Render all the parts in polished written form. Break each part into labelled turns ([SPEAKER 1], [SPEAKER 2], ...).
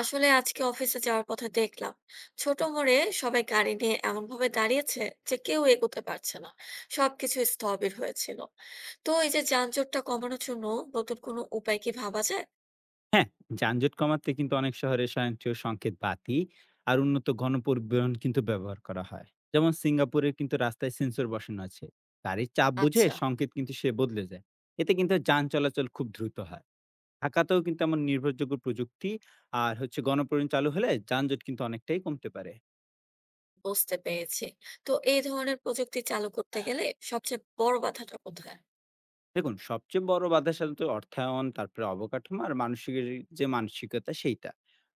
[SPEAKER 1] আসলে আজকে অফিসে যাওয়ার পথে দেখলাম ছোট মোড়ে সবাই গাড়ি নিয়ে এমন ভাবে দাঁড়িয়েছে যে কেউ এগোতে পারছে না, সবকিছু স্থবির হয়েছিল। তো এই যে যানজটটা কমানোর জন্য নতুন কোনো উপায় কি ভাবা যায়?
[SPEAKER 2] হ্যাঁ, যানজট কমাতে কিন্তু অনেক শহরে স্বয়ংক্রিয় সংকেত বাতি আর উন্নত গণপরিবহন কিন্তু ব্যবহার করা হয়। যেমন সিঙ্গাপুরে কিন্তু রাস্তায় সেন্সর বসানো আছে, গাড়ির চাপ বুঝে
[SPEAKER 1] আচ্ছা,
[SPEAKER 2] সংকেত কিন্তু সে বদলে যায়। এতে কিন্তু যান চলাচল খুব দ্রুত হয়। ঢাকাতেও কিন্তু এমন নির্ভরযোগ্য প্রযুক্তি আর হচ্ছে গণপরিবহন চালু হলে যানজট কিন্তু অনেকটাই কমতে পারে।
[SPEAKER 1] বুঝতে পেরেছি। তো এই ধরনের প্রযুক্তি চালু করতে গেলে সবচেয়ে বড় বাধাটা কোথায়?
[SPEAKER 2] দেখুন, সবচেয়ে বড় বাধা সাধারণত অর্থায়ন, তারপরে অবকাঠামো আর মানসিকের যে মানসিকতা সেইটা।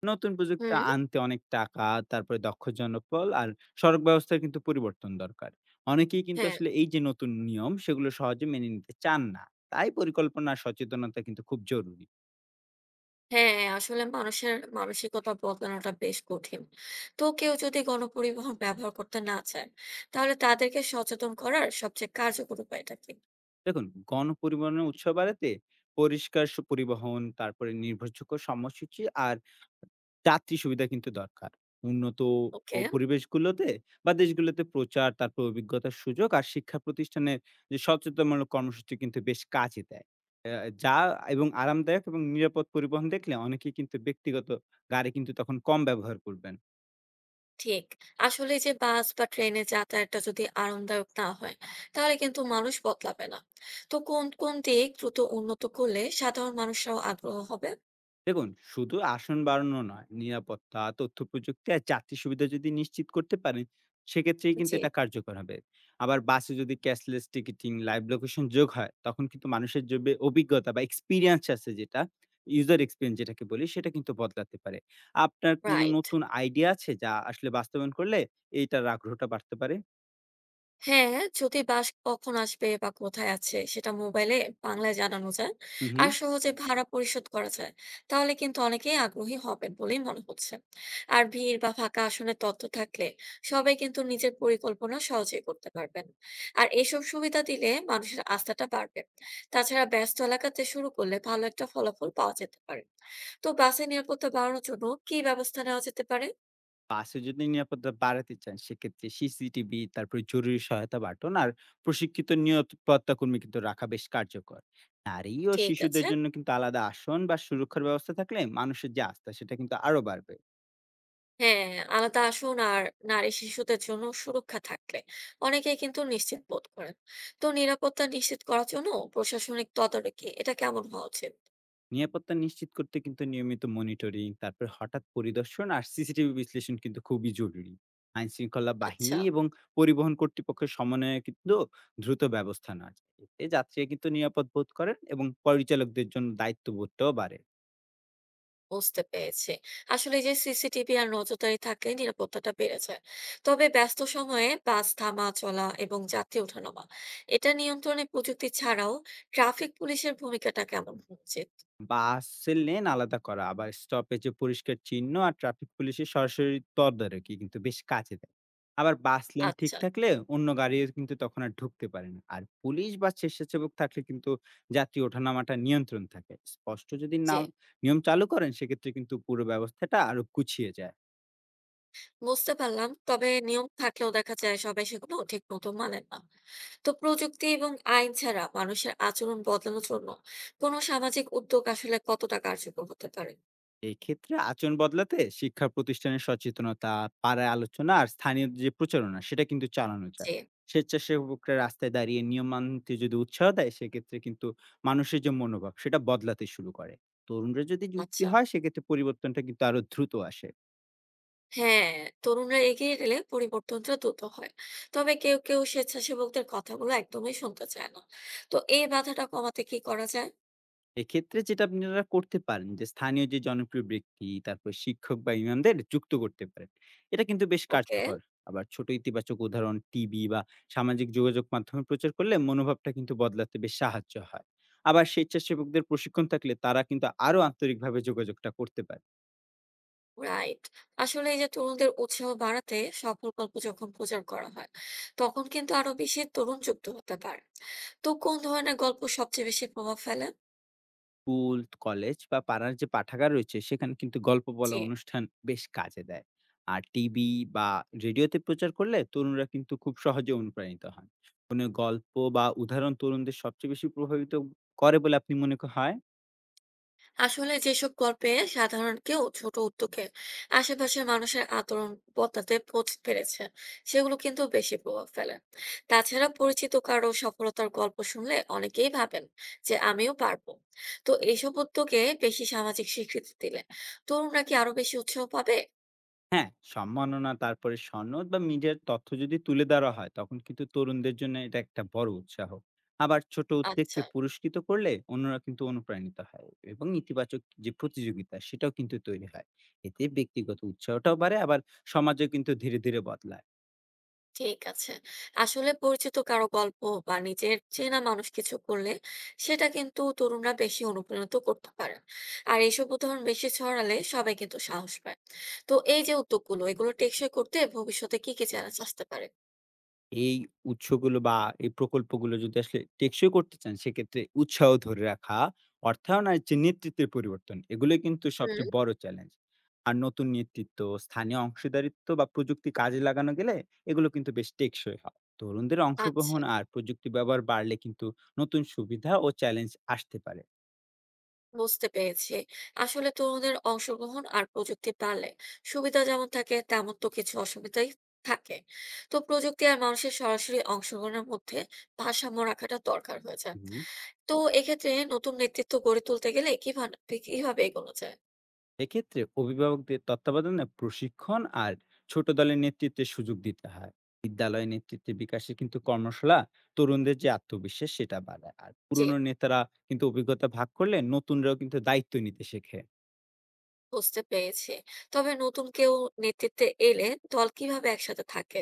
[SPEAKER 2] নতুন প্রযুক্তি
[SPEAKER 1] হুম।
[SPEAKER 2] আনতে অনেক টাকা, তারপরে দক্ষ জনবল আর সড়ক ব্যবস্থার কিন্তু পরিবর্তন দরকার। অনেকেই কিন্তু
[SPEAKER 1] হ্যাঁ।
[SPEAKER 2] আসলে এই যে নতুন নিয়ম সেগুলো সহজে মেনে নিতে চান না। তাই পরিকল্পনা আর সচেতনতা কিন্তু খুব জরুরি।
[SPEAKER 1] হ্যাঁ, আসলে মানুষের মানসিকতা বদলানোটা বেশ কঠিন। তো কেউ যদি গণপরিবহন ব্যবহার করতে না চায়, তাহলে তাদেরকে সচেতন করার সবচেয়ে কার্যকর উপায়টা কি?
[SPEAKER 2] দেখুন, গণপরিবহনের উৎস বাড়াতে পরিষ্কার সু পরিবহন, তারপরে নির্ভরযোগ্য সময়সূচি আর যাত্রী সুবিধা কিন্তু দরকার। উন্নত ও
[SPEAKER 1] ওকে।
[SPEAKER 2] পরিবেশগুলোতে বা দেশগুলোতে প্রচার, তারপর অভিজ্ঞতার সুযোগ আর শিক্ষা প্রতিষ্ঠানের যে সচেতনমূলক কর্মসূচি কিন্তু বেশ কাজে দেয়। আ যা এবং আরামদায়ক এবং নিরাপদ পরিবহন দেখলে অনেকেই কিন্তু ব্যক্তিগত গাড়ি কিন্তু তখন কম ব্যবহার করবেন।
[SPEAKER 1] ঠিক, আসলে যে বাস বা ট্রেনে যাতায়াতটা যদি আরামদায়ক না হয়, তাহলে কিন্তু মানুষ বদলাবে না। তো কোন কোন দিক দ্রুত উন্নত করলে সাধারণ মানুষরাও আগ্রহ হবে?
[SPEAKER 2] দেখুন, শুধু আসন বাড়ানো নয়, নিরাপত্তা, তথ্য প্রযুক্তি আর যাত্রী সুবিধা যদি নিশ্চিত করতে পারেন, সেক্ষেত্রেই কিন্তু
[SPEAKER 1] জি।
[SPEAKER 2] এটা কার্যকর হবে। আবার বাসে যদি ক্যাশলেস টিকিটিং, লাইভ লোকেশন যোগ হয়, তখন কিন্তু মানুষের যে অভিজ্ঞতা বা এক্সপেরিয়েন্স আছে যেটা, ইউজার এক্সপেরিয়েন্স যেটাকে বলি, সেটা কিন্তু বদলাতে পারে। আপনার কোনো
[SPEAKER 1] রাইট।
[SPEAKER 2] নতুন আইডিয়া আছে যা আসলে বাস্তবায়ন করলে এইটার আগ্রহটা বাড়তে পারে?
[SPEAKER 1] হ্যাঁ, যদি বাস কখন আসবে বা কোথায় আছে সেটা মোবাইলে বাংলায় জানানো যায়
[SPEAKER 2] হু।
[SPEAKER 1] আর সহজে ভাড়া পরিশোধ করা যায়, তাহলে কিন্তু অনেকেই আগ্রহী হবেন বলেই মনে হচ্ছে। আর ভিড় বা ফাঁকা আসনের তথ্য থাকলে সবাই কিন্তু নিজের পরিকল্পনা সহজেই করতে পারবেন। আর এইসব সুবিধা দিলে মানুষের আস্থাটা বাড়বে। তাছাড়া ব্যস্ত এলাকাতে শুরু করলে ভালো একটা ফলাফল পাওয়া যেতে পারে। তো বাসের নিরাপত্তা বাড়ানোর জন্য কি ব্যবস্থা নেওয়া যেতে পারে?
[SPEAKER 2] বাসে যদি নিরাপত্তা বাড়াতে চান সেক্ষেত্রে সিসিটিভি, তারপরে জরুরি সহায়তা বাটন আর প্রশিক্ষিত নিরাপত্তা কর্মী কিন্তু রাখা বেশ কার্যকর। নারী ও
[SPEAKER 1] ঠিক
[SPEAKER 2] শিশুদের
[SPEAKER 1] আছে।
[SPEAKER 2] জন্য কিন্তু আলাদা আসন বা সুরক্ষার ব্যবস্থা থাকলে মানুষের যে আস্থা সেটা কিন্তু আরো বাড়বে।
[SPEAKER 1] হ্যাঁ, আলাদা আসন আর নারী শিশুদের জন্য সুরক্ষা থাকলে অনেকেই কিন্তু নিশ্চিত বোধ করেন। তো নিরাপত্তা নিশ্চিত করার জন্য প্রশাসনিক তদারকি এটা কেমন হওয়া উচিত?
[SPEAKER 2] নিরাপত্তা নিশ্চিত করতে কিন্তু নিয়মিত মনিটরিং, তারপরে হঠাৎ পরিদর্শন আর সিসিটিভি বিশ্লেষণ কিন্তু খুবই জরুরি। আইন শৃঙ্খলা
[SPEAKER 1] আচ্ছা,
[SPEAKER 2] বাহিনী এবং পরিবহন কর্তৃপক্ষের সমন্বয়ে কিন্তু দ্রুত ব্যবস্থা নেওয়া যায়। এতে যাত্রীরা কিন্তু নিরাপদ বোধ করেন এবং পরিচালকদের জন্য দায়িত্ববোধটাও বাড়ে।
[SPEAKER 1] বুঝতে পেরেছি। আসলে এই যে সিসিটিভি আর নজরদারি থাকলে নিরাপত্তাটা বেড়ে যায়। তবে ব্যস্ত সময়ে বাস থামা চলা এবং যাত্রী ওঠানামা, এটা নিয়ন্ত্রণে প্রযুক্তি ছাড়াও ট্রাফিক পুলিশের ভূমিকাটা কেমন হওয়া উচিত?
[SPEAKER 2] বাসের লেন আলাদা করা, আবার স্টপেজে পরিষ্কার চিহ্ন আর ট্রাফিক পুলিশের সরাসরি তদারকি কিন্তু বেশ কাজে দেয়। আবার বাস লেন ঠিক
[SPEAKER 1] আচ্ছা।
[SPEAKER 2] থাকলে অন্য গাড়িও কিন্তু তখন আর ঢুকতে পারে না। আর পুলিশ বা স্বেচ্ছাসেবক থাকলে কিন্তু যাত্রী ওঠানামাটা নিয়ন্ত্রণ থাকে। স্পষ্ট যদি
[SPEAKER 1] জি।
[SPEAKER 2] নাম নিয়ম চালু করেন সেক্ষেত্রে কিন্তু পুরো ব্যবস্থাটা আরো গুছিয়ে যায়।
[SPEAKER 1] বুঝতে পারলাম। তবে নিয়ম থাকলেও দেখা যায় সবাই সেগুলো ঠিক মতো মানেন না। তো প্রযুক্তি এবং আইন ছাড়া মানুষের আচরণ বদলানোর জন্য কোনো সামাজিক উদ্যোগ আসলে কতটা কার্যকর হতে পারে?
[SPEAKER 2] এক্ষেত্রে আচরণ বদলাতে শিক্ষা প্রতিষ্ঠানের সচেতনতা, পাড়ায় আলোচনা আর স্থানীয় যে প্রচারণা সেটা কিন্তু চালানো
[SPEAKER 1] যে।
[SPEAKER 2] যায়। স্বেচ্ছাসেবকরা রাস্তায় দাঁড়িয়ে নিয়ম মানতে যদি উৎসাহ দেয় সেক্ষেত্রে কিন্তু মানুষের যে মনোভাব সেটা বদলাতে শুরু করে। তরুণরা যদি যুক্তি
[SPEAKER 1] আচ্ছা।
[SPEAKER 2] হয় সেক্ষেত্রে পরিবর্তনটা কিন্তু আরো দ্রুত আসে।
[SPEAKER 1] হ্যাঁ, তরুণরা এগিয়ে গেলে পরিবর্তনটা দ্রুত হয়। তবে কেউ কেউ স্বেচ্ছাসেবকদের কথাগুলো একদমই শুনতে চায় না। তো এই বাধাটা কমাতে কি করা যায়?
[SPEAKER 2] এক্ষেত্রে যেটা আপনারা করতে পারেন যে স্থানীয় যে জনপ্রিয় ব্যক্তি, তারপর শিক্ষক বা ইমামদের যুক্ত করতে পারেন, এটা কিন্তু বেশ
[SPEAKER 1] ওকে।
[SPEAKER 2] কার্যকর। আবার ছোট ইতিবাচক উদাহরণ টিভি বা সামাজিক যোগাযোগ মাধ্যমে প্রচার করলে মনোভাবটা কিন্তু বদলাতে বেশ সাহায্য হয়। আবার স্বেচ্ছাসেবকদের প্রশিক্ষণ থাকলে তারা কিন্তু আরো আন্তরিকভাবে যোগাযোগটা করতে পারে।
[SPEAKER 1] রাইট। আসলে এই যে তরুণদের উৎসাহ বাড়াতে সফল গল্প যখন প্রচার করা হয়, তখন কিন্তু আরো বেশি তরুণ যুক্ত হতে পারে। তো কোন ধরনের গল্প সবচেয়ে বেশি প্রভাব ফেলে?
[SPEAKER 2] স্কুল, কলেজ বা পাড়ার যে পাঠাগার রয়েছে সেখানে কিন্তু গল্প
[SPEAKER 1] জি।
[SPEAKER 2] বলা অনুষ্ঠান বেশ কাজে দেয়। আর টিভি বা রেডিওতে প্রচার করলে তরুণরা কিন্তু খুব সহজে অনুপ্রাণিত হন। কোনো গল্প বা উদাহরণ তরুণদের সবচেয়ে বেশি প্রভাবিত করে বলে আপনি মনে হয়?
[SPEAKER 1] আসলে যেসব গল্পে সাধারণ কেউ ছোট উদ্যোগে আশেপাশের মানুষের আচরণ বদলাতে পেরেছে সেগুলো কিন্তু বেশি প্রভাব ফেলে। তাছাড়া পরিচিত কারো সফলতার গল্প শুনলে অনেকেই ভাবেন যে আমিও পারবো। তো এইসব উদ্যোগে বেশি সামাজিক স্বীকৃতি দিলে তরুণরা কি আরো বেশি উৎসাহ পাবে?
[SPEAKER 2] হ্যাঁ, সম্মাননা, তারপরে সনদ বা মিডিয়ার তথ্য যদি তুলে ধরা হয়, তখন কিন্তু তরুণদের জন্য এটা একটা বড় উৎসাহ। আবার ছোট উদ্যোগকে
[SPEAKER 1] আচ্ছা।
[SPEAKER 2] পুরস্কৃত করলে অন্যরা কিন্তু অনুপ্রাণিত হয় এবং ইতিবাচক যে প্রতিযোগিতা সেটাও কিন্তু তৈরি হয়। এতে ব্যক্তিগত উৎসাহটাও বাড়ে, আবার সমাজও কিন্তু ধীরে, ধীরে বদলায়।
[SPEAKER 1] ঠিক আছে। আসলে পরিচিত কারো গল্প বা নিজের চেনা মানুষ কিছু করলে সেটা কিন্তু তরুণরা বেশি অনুপ্রাণিত করতে পারে। আর এইসব উদাহরণ বেশি ছড়ালে সবাই কিন্তু সাহস পায়। তো এই যে উদ্যোগগুলো, এগুলো টেকসই করতে ভবিষ্যতে কি চ্যালেঞ্জ আসতে পারে?
[SPEAKER 2] এই উৎসগুলো বা এই প্রকল্পগুলো যদি আসলে টেকসই করতে চান, সেক্ষেত্রে উৎসাহ ধরে রাখা, অর্থায়ন আর যে নেতৃত্বের পরিবর্তন, এগুলোই কিন্তু সবচেয়ে
[SPEAKER 1] হুম।
[SPEAKER 2] বড় চ্যালেঞ্জ। আর নতুন নেতৃত্ব, স্থানীয় অংশীদারিত্ব বা প্রযুক্তি কাজে লাগানো গেলে এগুলো কিন্তু বেশ টেকসই হয়। তরুণদের
[SPEAKER 1] আচ্ছা,
[SPEAKER 2] অংশগ্রহণ আর প্রযুক্তি ব্যবহার বাড়লে কিন্তু নতুন সুবিধা ও চ্যালেঞ্জ আসতে পারে।
[SPEAKER 1] বুঝতে পেরেছি। আসলে তরুণদের অংশগ্রহণ আর প্রযুক্তি বাড়লে সুবিধা যেমন থাকে তেমন তো কিছু অসুবিধাই থাকে। তো প্রযুক্তি আর মানুষের সরাসরি অংশগ্রহণের মধ্যে ভারসাম্য রাখাটা দরকার হয়ে যায়।
[SPEAKER 2] হুম।
[SPEAKER 1] তো এক্ষেত্রে নতুন নেতৃত্ব গড়ে তুলতে গেলে কিভাবে কিভাবে এগোনো যায়?
[SPEAKER 2] এক্ষেত্রে অভিভাবকদের তত্ত্বাবধানে প্রশিক্ষণ আর ছোট দলের নেতৃত্বের সুযোগ দিতে হয়। বিদ্যালয় নেতৃত্বে বিকাশে কিন্তু কর্মশালা তরুণদের যে আত্মবিশ্বাস সেটা বাড়ায়, আর
[SPEAKER 1] জি,
[SPEAKER 2] পুরনো নেতারা কিন্তু অভিজ্ঞতা ভাগ করলে নতুনরাও কিন্তু দায়িত্ব নিতে শেখে।
[SPEAKER 1] বুঝতে পেরেছি। তবে নতুন কেউ নেতৃত্বে এলে দল কিভাবে একসাথে থাকে?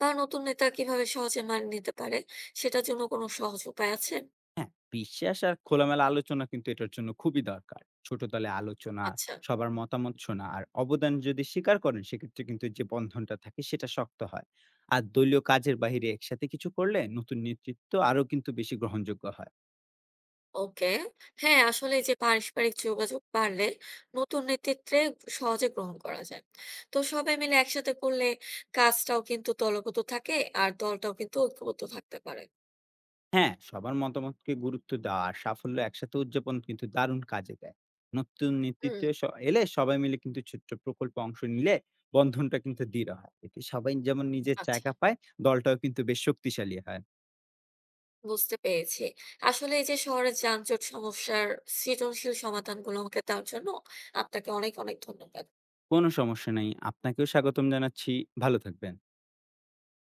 [SPEAKER 1] বা নতুন নেতা কিভাবে সহজে মানিয়ে নিতে পারে? সেটার জন্য কোনো সহজ উপায় আছে?
[SPEAKER 2] হ্যাঁ, বিশ্বাস আর খোলামেলা আলোচনা কিন্তু এটার জন্য খুবই দরকার। ছোট দলে আলোচনা,
[SPEAKER 1] আচ্ছা।
[SPEAKER 2] সবার মতামত শোনা আর অবদান যদি স্বীকার করেন সেক্ষেত্রে কিন্তু যে বন্ধনটা থাকে সেটা শক্ত হয়। আর দলীয় কাজের বাইরে একসাথে কিছু করলে নতুন নেতৃত্ব আরো কিন্তু বেশি গ্রহণযোগ্য হয়।
[SPEAKER 1] ওকে। হ্যাঁ, আসলে এই যে পারস্পরিক যোগাযোগ বাড়লে নতুন নেতৃত্বে সহজে গ্রহণ করা যায়। তো সবাই মিলে একসাথে করলে কাজটাও কিন্তু দলগত থাকে আর দলটাও কিন্তু ঐক্যবদ্ধ থাকতে পারে।
[SPEAKER 2] হ্যাঁ, সবার মতামতকে গুরুত্ব দেওয়া আর সাফল্য একসাথে উদযাপন কিন্তু দারুণ কাজে দেয়। নতুন
[SPEAKER 1] হুম।
[SPEAKER 2] নেতৃত্বে স এলে সবাই মিলে কিন্তু ছোট্ট প্রকল্পে অংশ নিলে বন্ধনটা কিন্তু দৃঢ় হয়। এতে সবাই যেমন নিজের
[SPEAKER 1] আচ্ছা।
[SPEAKER 2] জায়গা পায়, দলটাও কিন্তু বেশ শক্তিশালী হয়।
[SPEAKER 1] বুঝতে পেরেছি। আসলে এই যে শহরের যানজট সমস্যার সৃজনশীল সমাধানগুলো আমাকে দেওয়ার জন্য আপনাকে অনেক, অনেক ধন্যবাদ।
[SPEAKER 2] কোনো সমস্যা নাই। আপনাকেও স্বাগতম জানাচ্ছি। ভালো থাকবেন।